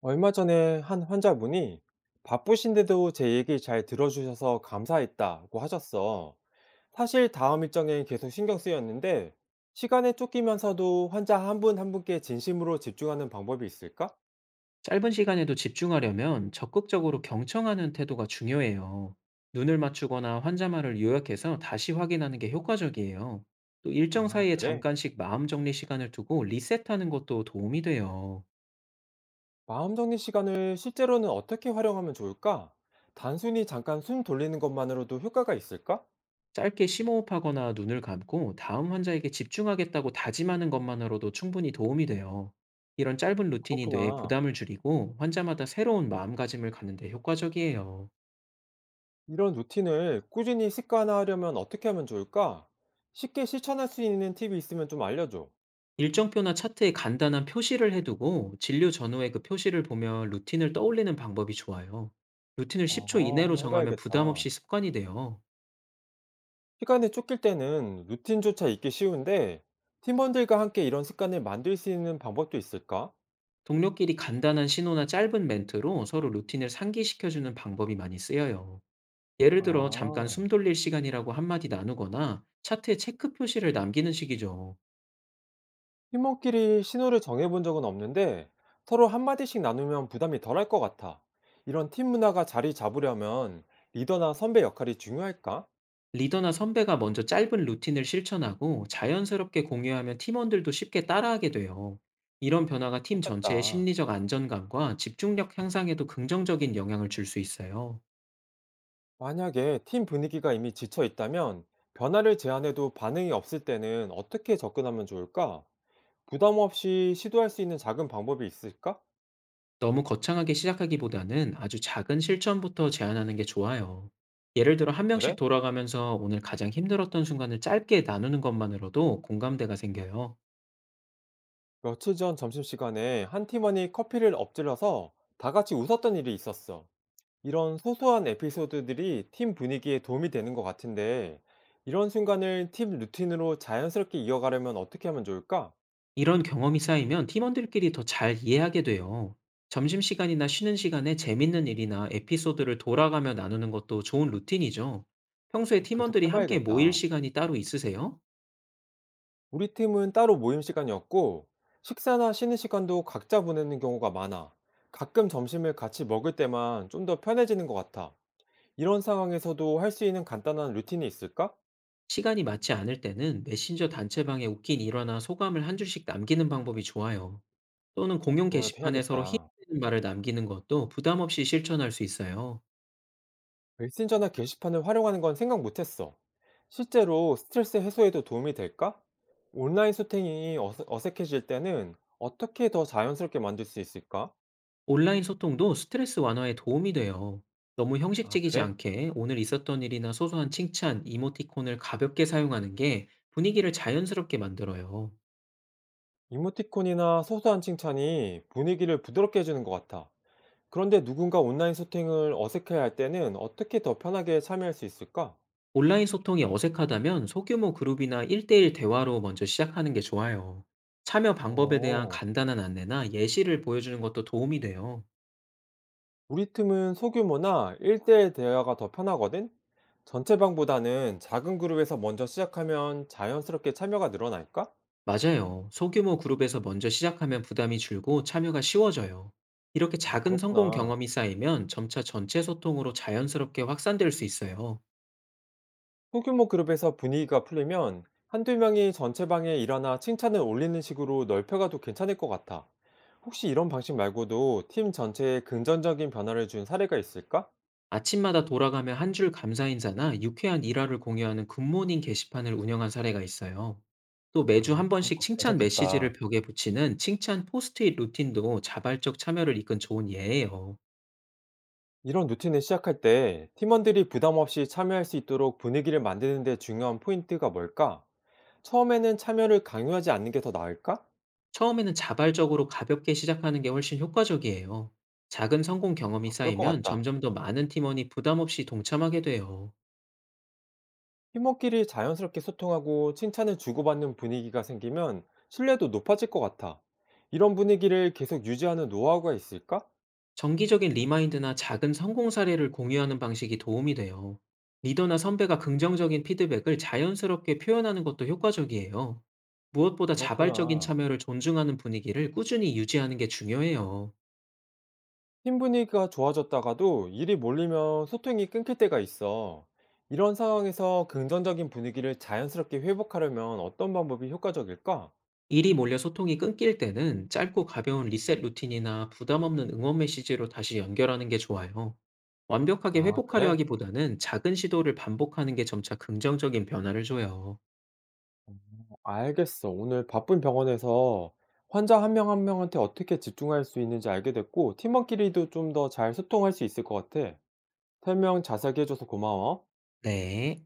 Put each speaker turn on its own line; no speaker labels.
얼마 전에 한 환자분이 바쁘신데도 제 얘기 잘 들어주셔서 감사했다고 하셨어. 사실 다음 일정에 계속 신경 쓰였는데 시간에 쫓기면서도 환자 한 분 한 분께 진심으로 집중하는 방법이 있을까?
짧은 시간에도 집중하려면 적극적으로 경청하는 태도가 중요해요. 눈을 맞추거나 환자 말을 요약해서 다시 확인하는 게 효과적이에요. 또 일정
아,
사이에
그래.
잠깐씩 마음 정리 시간을 두고 리셋하는 것도 도움이 돼요.
마음 정리 시간을 실제로는 어떻게 활용하면 좋을까? 단순히 잠깐 숨 돌리는 것만으로도 효과가 있을까?
짧게 심호흡하거나 눈을 감고 다음 환자에게 집중하겠다고 다짐하는 것만으로도 충분히 도움이 돼요. 이런 짧은 루틴이 뇌에
그렇구나.
부담을 줄이고 환자마다 새로운 마음가짐을 갖는 데 효과적이에요.
이런 루틴을 꾸준히 습관화하려면 어떻게 하면 좋을까? 쉽게 실천할 수 있는 팁이 있으면 좀 알려줘.
일정표나 차트에 간단한 표시를 해두고 진료 전후에 그 표시를 보며 루틴을 떠올리는 방법이 좋아요. 루틴을
아,
10초 이내로
한번 해
정하면
봐야겠다.
부담 없이 습관이 돼요.
시간에 쫓길 때는 루틴조차 잊기 쉬운데 팀원들과 함께 이런 습관을 만들 수 있는 방법도 있을까?
동료끼리 간단한 신호나 짧은 멘트로 서로 루틴을 상기시켜주는 방법이 많이 쓰여요. 예를 들어 잠깐
아.
숨 돌릴 시간이라고 한마디 나누거나 차트에 체크 표시를 남기는 식이죠.
팀원끼리 신호를 정해 본 적은 없는데 서로 한마디씩 나누면 부담이 덜할 것 같아. 이런 팀 문화가 자리 잡으려면 리더나 선배 역할이 중요할까?
리더나 선배가 먼저 짧은 루틴을 실천하고 자연스럽게 공유하면 팀원들도 쉽게 따라하게 돼요. 이런 변화가 팀 전체의
그렇겠다.
심리적 안정감과 집중력 향상에도 긍정적인 영향을 줄 수 있어요.
만약에 팀 분위기가 이미 지쳐 있다면 변화를 제안해도 반응이 없을 때는 어떻게 접근하면 좋을까? 부담 없이 시도할 수 있는 작은 방법이 있을까?
너무 거창하게 시작하기보다는 아주 작은 실천부터 제안하는 게 좋아요. 예를 들어 한 명씩
그래?
돌아가면서 오늘 가장 힘들었던 순간을 짧게 나누는 것만으로도 공감대가 생겨요.
며칠 전 점심시간에 한 팀원이 커피를 엎질러서 다 같이 웃었던 일이 있었어. 이런 소소한 에피소드들이 팀 분위기에 도움이 되는 것 같은데, 이런 순간을 팀 루틴으로 자연스럽게 이어가려면 어떻게 하면 좋을까?
이런 경험이 쌓이면 팀원들끼리 더 잘 이해하게 돼요. 점심시간이나 쉬는 시간에 재밌는 일이나 에피소드를 돌아가며 나누는 것도 좋은 루틴이죠. 평소에
어, 계속
팀원들이 함께 모일
해봐야겠다.
시간이 따로 있으세요?
우리 팀은 따로 모임 시간이었고, 식사나 쉬는 시간도 각자 보내는 경우가 많아. 가끔 점심을 같이 먹을 때만 좀 더 편해지는 것 같아. 이런 상황에서도 할 수 있는 간단한 루틴이 있을까?
시간이 맞지 않을 때는 메신저 단체방에 웃긴 일화나 소감을 한 줄씩 남기는 방법이 좋아요. 또는 공용
그거라도
게시판에 서로
해야겠다.
힘내는 말을 남기는 것도 부담 없이 실천할 수 있어요.
메신저나 게시판을 활용하는 건 생각 못했어. 실제로 스트레스 해소에도 도움이 될까? 온라인 소통이 어색해질 때는 어떻게 더 자연스럽게 만들 수 있을까?
온라인 소통도 스트레스 완화에 도움이 돼요. 너무
아,
형식적이지
그래?
않게 오늘 있었던 일이나 소소한 칭찬, 이모티콘을 가볍게 사용하는 게 분위기를 자연스럽게 만들어요.
이모티콘이나 소소한 칭찬이 분위기를 부드럽게 해주는 것 같아. 그런데 누군가 온라인 소통을 어색해할 때는 어떻게 더 편하게 참여할 수 있을까?
온라인 소통이 어색하다면 소규모 그룹이나 1대1 대화로 먼저 시작하는 게 좋아요. 참여 방법에 대한
어.
간단한 안내나 예시를 보여주는 것도 도움이 돼요.
우리 팀은 소규모나 1대일 대화가 더 편하거든? 전체방보다는 작은 그룹에서 먼저 시작하면 자연스럽게 참여가 늘어날까?
맞아요. 소규모 그룹에서 먼저 시작하면 부담이 줄고 참여가 쉬워져요. 이렇게
아,
작은 성공
그렇구나.
경험이 쌓이면 점차 전체 소통으로 자연스럽게 확산될 수 있어요.
소규모 그룹에서 분위기가 풀리면 한두 명이 전체방에 일어나 칭찬을 올리는 식으로 넓혀가도 괜찮을 것 같아. 혹시 이런 방식 말고도 팀 전체에 긍정적인 변화를 준 사례가 있을까?
아침마다 돌아가며 한 줄 감사 인사나 유쾌한 일화를 공유하는 굿모닝 게시판을 운영한 사례가 있어요. 또
아,
매주 한
그런
번씩
거
칭찬 메시지를
괜찮겠다.
벽에 붙이는 칭찬 포스트잇 루틴도 자발적 참여를 이끈 좋은 예예요.
이런 루틴을 시작할 때 팀원들이 부담 없이 참여할 수 있도록 분위기를 만드는 데 중요한 포인트가 뭘까? 처음에는 참여를 강요하지 않는 게 더 나을까?
처음에는 자발적으로 가볍게 시작하는 게 훨씬 효과적이에요. 작은 성공 경험이
아, 그럴 것
쌓이면
같다.
점점 더 많은 팀원이 부담 없이 동참하게 돼요.
팀원끼리 자연스럽게 소통하고 칭찬을 주고받는 분위기가 생기면 신뢰도 높아질 것 같아. 이런 분위기를 계속 유지하는 노하우가 있을까?
정기적인 리마인드나 작은 성공 사례를 공유하는 방식이 도움이 돼요. 리더나 선배가 긍정적인 피드백을 자연스럽게 표현하는 것도 효과적이에요. 무엇보다 자발적인
그렇구나.
참여를 존중하는 분위기를 꾸준히 유지하는 게 중요해요.
팀 분위기가 좋아졌다가도 일이 몰리면 소통이 끊길 때가 있어. 이런 상황에서 긍정적인 분위기를 자연스럽게 회복하려면 어떤 방법이 효과적일까?
일이 몰려 소통이 끊길 때는 짧고 가벼운 리셋 루틴이나 부담 없는 응원 메시지로 다시 연결하는 게 좋아요. 완벽하게
아,
회복하려
그래?
하기보다는 작은 시도를 반복하는 게 점차 긍정적인 변화를 줘요.
알겠어. 오늘 바쁜 병원에서 환자 한 명 한 명한테 어떻게 집중할 수 있는지 알게 됐고 팀원끼리도 좀 더 잘 소통할 수 있을 것 같아. 설명 자세하게 해 줘서 고마워.
네.